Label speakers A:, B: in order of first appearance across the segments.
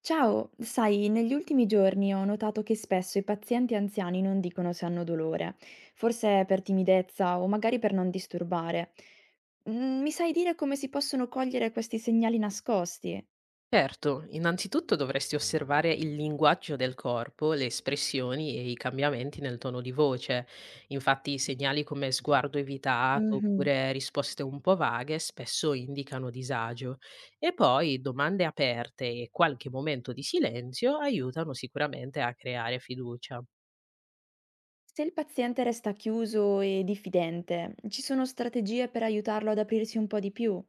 A: Ciao, sai, negli ultimi giorni ho notato che spesso i pazienti anziani non dicono se hanno dolore, forse per timidezza o magari per non disturbare. Mi sai dire come si possono cogliere questi segnali nascosti?
B: Certo, innanzitutto dovresti osservare il linguaggio del corpo, le espressioni e i cambiamenti nel tono di voce. Infatti, segnali come sguardo evitato
A: Mhm.
B: oppure risposte un po' vaghe spesso indicano disagio. E poi domande aperte e qualche momento di silenzio aiutano sicuramente a creare fiducia.
A: Se il paziente resta chiuso e diffidente, ci sono strategie per aiutarlo ad aprirsi un po' di più,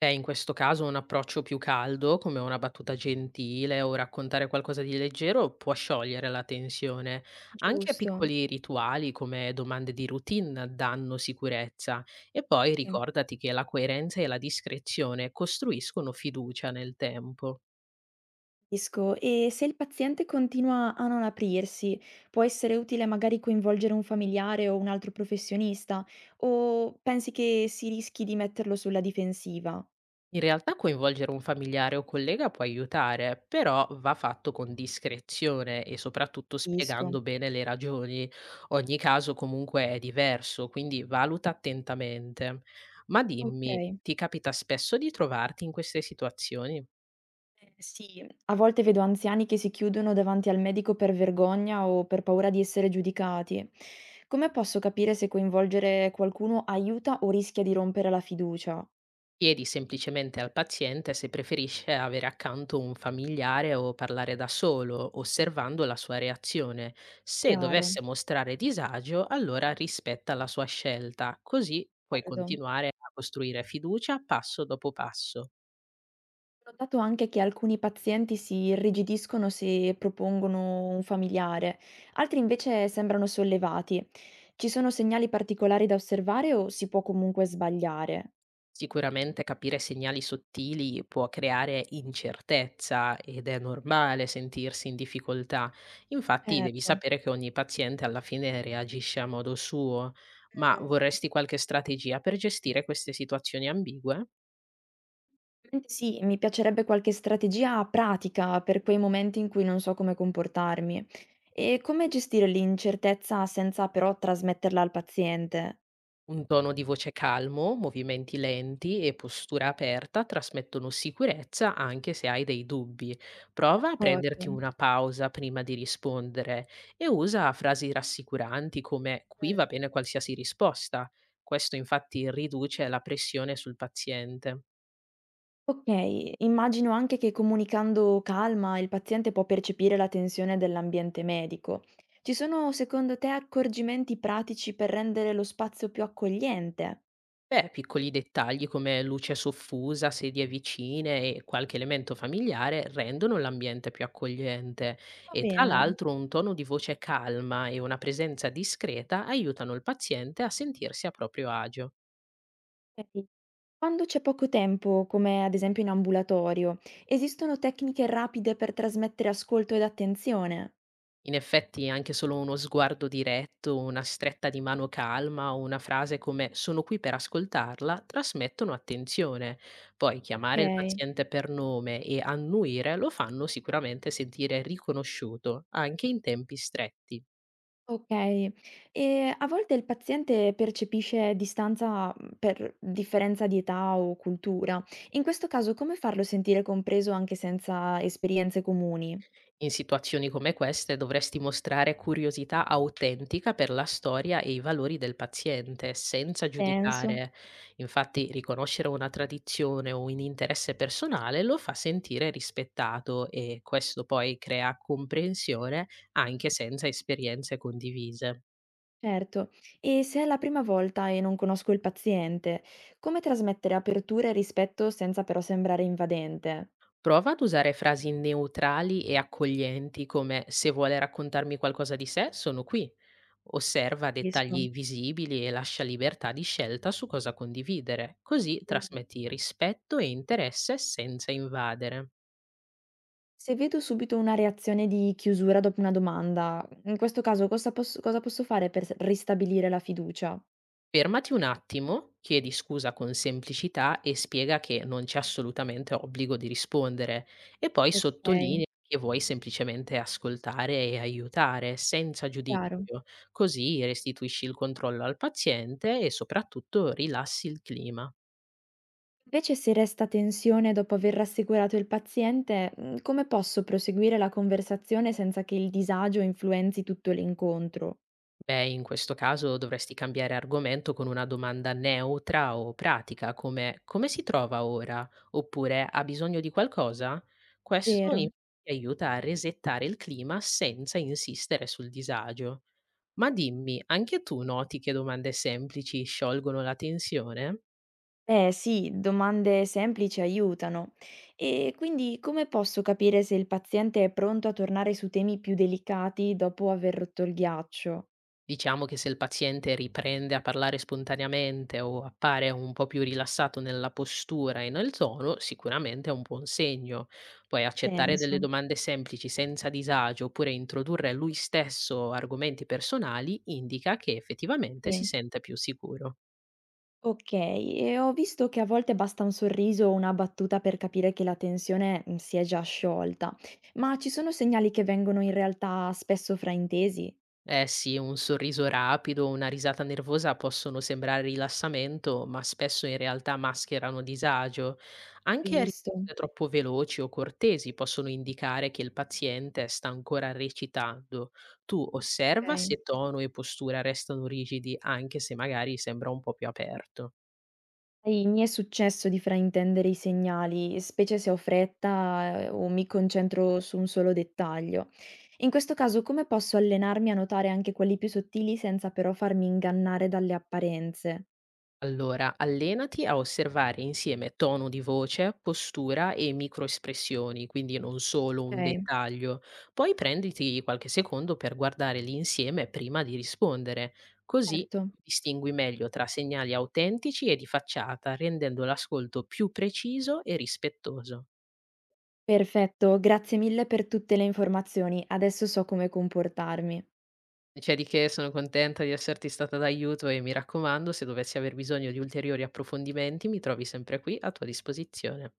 B: In questo caso un approccio più caldo, come una battuta gentile o raccontare qualcosa di leggero, può sciogliere la tensione. Anche
A: giusto?
B: piccoli rituali come domande di routine danno sicurezza. E poi
A: Sì.
B: ricordati che la coerenza e la discrezione costruiscono fiducia nel tempo.
A: Capisco. E se il paziente continua a non aprirsi, può essere utile magari coinvolgere un familiare o un altro professionista? O pensi che si rischi di metterlo sulla difensiva?
B: In realtà coinvolgere un familiare o collega può aiutare, però va fatto con discrezione e soprattutto
A: Capisco.
B: spiegando bene le ragioni. Ogni caso comunque è diverso, quindi valuta attentamente. Ma
A: Ok.
B: dimmi, ti capita spesso di trovarti in queste situazioni?
A: Sì, a volte vedo anziani che si chiudono davanti al medico per vergogna o per paura di essere giudicati. Come posso capire se coinvolgere qualcuno aiuta o rischia di rompere la fiducia?
B: Chiedi semplicemente al paziente se preferisce avere accanto un familiare o parlare da solo, osservando la sua reazione. Se
A: Chiaro,
B: dovesse mostrare disagio, allora rispetta la sua scelta, così puoi
A: d'accordo.
B: continuare a costruire fiducia passo dopo passo.
A: Ho notato anche che alcuni pazienti si irrigidiscono se propongono un familiare, altri invece sembrano sollevati. Ci sono segnali particolari da osservare o si può comunque sbagliare?
B: Sicuramente capire segnali sottili può creare incertezza ed è normale sentirsi in difficoltà. Infatti devi
A: Certo.
B: sapere che ogni paziente alla fine reagisce a modo suo, ma
A: Mm,
B: vorresti qualche strategia per gestire queste situazioni ambigue?
A: ovviamente sì, mi piacerebbe qualche strategia pratica per quei momenti in cui non so come comportarmi e come gestire l'incertezza senza però trasmetterla al paziente.
B: Un tono di voce calmo, movimenti lenti e postura aperta trasmettono sicurezza anche se hai dei dubbi. Prova a
A: D'accordo.
B: prenderti una pausa prima di rispondere e usa frasi rassicuranti come qui va bene qualsiasi risposta. Questo infatti riduce la pressione sul paziente.
A: Okay, immagino anche che comunicando calma il paziente può percepire la tensione dell'ambiente medico. Ci sono secondo te accorgimenti pratici per rendere lo spazio più accogliente?
B: Beh, piccoli dettagli come luce soffusa, sedie vicine e qualche elemento familiare rendono l'ambiente più accogliente
A: Va
B: e tra
A: bene.
B: l'altro un tono di voce calma e una presenza discreta aiutano il paziente a sentirsi a proprio agio.
A: Ok. Quando c'è poco tempo, come ad esempio in ambulatorio, esistono tecniche rapide per trasmettere ascolto ed attenzione?
B: In effetti anche solo uno sguardo diretto, una stretta di mano calma o una frase come sono qui per ascoltarla trasmettono attenzione. Poi chiamare il
A: Ok.
B: paziente per nome e annuire lo fanno sicuramente sentire riconosciuto anche in tempi stretti.
A: Okay. E a volte il paziente percepisce distanza per differenza di età o cultura. In questo caso come farlo sentire compreso anche senza esperienze comuni?
B: In situazioni come queste dovresti mostrare curiosità autentica per la storia e i valori del paziente, senza
A: Penso.
B: giudicare. Infatti, riconoscere una tradizione o un interesse personale lo fa sentire rispettato e questo poi crea comprensione anche senza esperienze condivise.
A: Certo. E se è la prima volta e non conosco il paziente, come trasmettere apertura e rispetto senza però sembrare invadente?
B: Prova ad usare frasi neutrali e accoglienti come se vuole raccontarmi qualcosa di sé, sono qui. Osserva
A: Capisco.
B: dettagli visibili e lascia libertà di scelta su cosa condividere, così
A: Mh.
B: trasmetti rispetto e interesse senza invadere.
A: Se vedo subito una reazione di chiusura dopo una domanda, in questo caso cosa posso fare per s ristabilire la fiducia?
B: Fermati un attimo, chiedi scusa con semplicità e spiega che non c'è assolutamente obbligo di rispondere e poi sottolinea
A: Okay,
B: che vuoi semplicemente ascoltare e aiutare senza giudizio,
A: chiaro.
B: così restituisci il controllo al paziente e soprattutto rilassi il clima.
A: Invece se resta tensione dopo aver rassicurato il paziente come posso proseguire la conversazione senza che il disagio influenzi tutto l'incontro?
B: Beh, in questo caso dovresti cambiare argomento con una domanda neutra o pratica, come come si trova ora? Oppure ha bisogno di qualcosa? Questo
A: Vero.
B: in- Ti aiuta a resettare il clima senza insistere sul disagio. Ma dimmi, anche tu noti che domande semplici sciolgono la tensione?
A: Eh sì, domande semplici aiutano. E quindi come posso capire se il paziente è pronto a tornare su temi più delicati dopo aver rotto il ghiaccio?
B: Diciamo che se il paziente riprende a parlare spontaneamente o appare un po' più rilassato nella postura e nel tono, sicuramente è un buon segno. Poi accettare delle
A: Senso,
B: domande semplici senza disagio oppure introdurre lui stesso argomenti personali indica che effettivamente si
A: sì.
B: sente più sicuro.
A: Okay, e ho visto che a volte basta un sorriso o una battuta per capire che la tensione si è già sciolta. Ma ci sono segnali che vengono in realtà spesso fraintesi?
B: Eh sì, un sorriso rapido o una risata nervosa possono sembrare rilassamento, ma spesso in realtà mascherano disagio.
A: Ho
B: Anche
A: visto,
B: risposte troppo veloci o cortesi possono indicare che il paziente sta ancora recitando. Tu osserva
A: okay.
B: se tono e postura restano rigidi, anche se magari sembra un po' più aperto.
A: Sai, mi è successo di fraintendere i segnali, specie se ho fretta o mi concentro su un solo dettaglio. In questo caso come posso allenarmi a notare anche quelli più sottili senza però farmi ingannare dalle apparenze?
B: Allora, allenati a osservare insieme tono di voce, postura e microespressioni, quindi non solo un
A: Okay,
B: dettaglio. Poi prenditi qualche secondo per guardare l'insieme prima di rispondere, così
A: certo.
B: distingui meglio tra segnali autentici e di facciata, rendendo l'ascolto più preciso e rispettoso.
A: Perfetto, grazie mille per tutte le informazioni. Adesso so come comportarmi.
B: C'è di che, sono contenta di esserti stata d'aiuto e mi raccomando, se dovessi aver bisogno di ulteriori approfondimenti, mi trovi sempre qui a tua disposizione.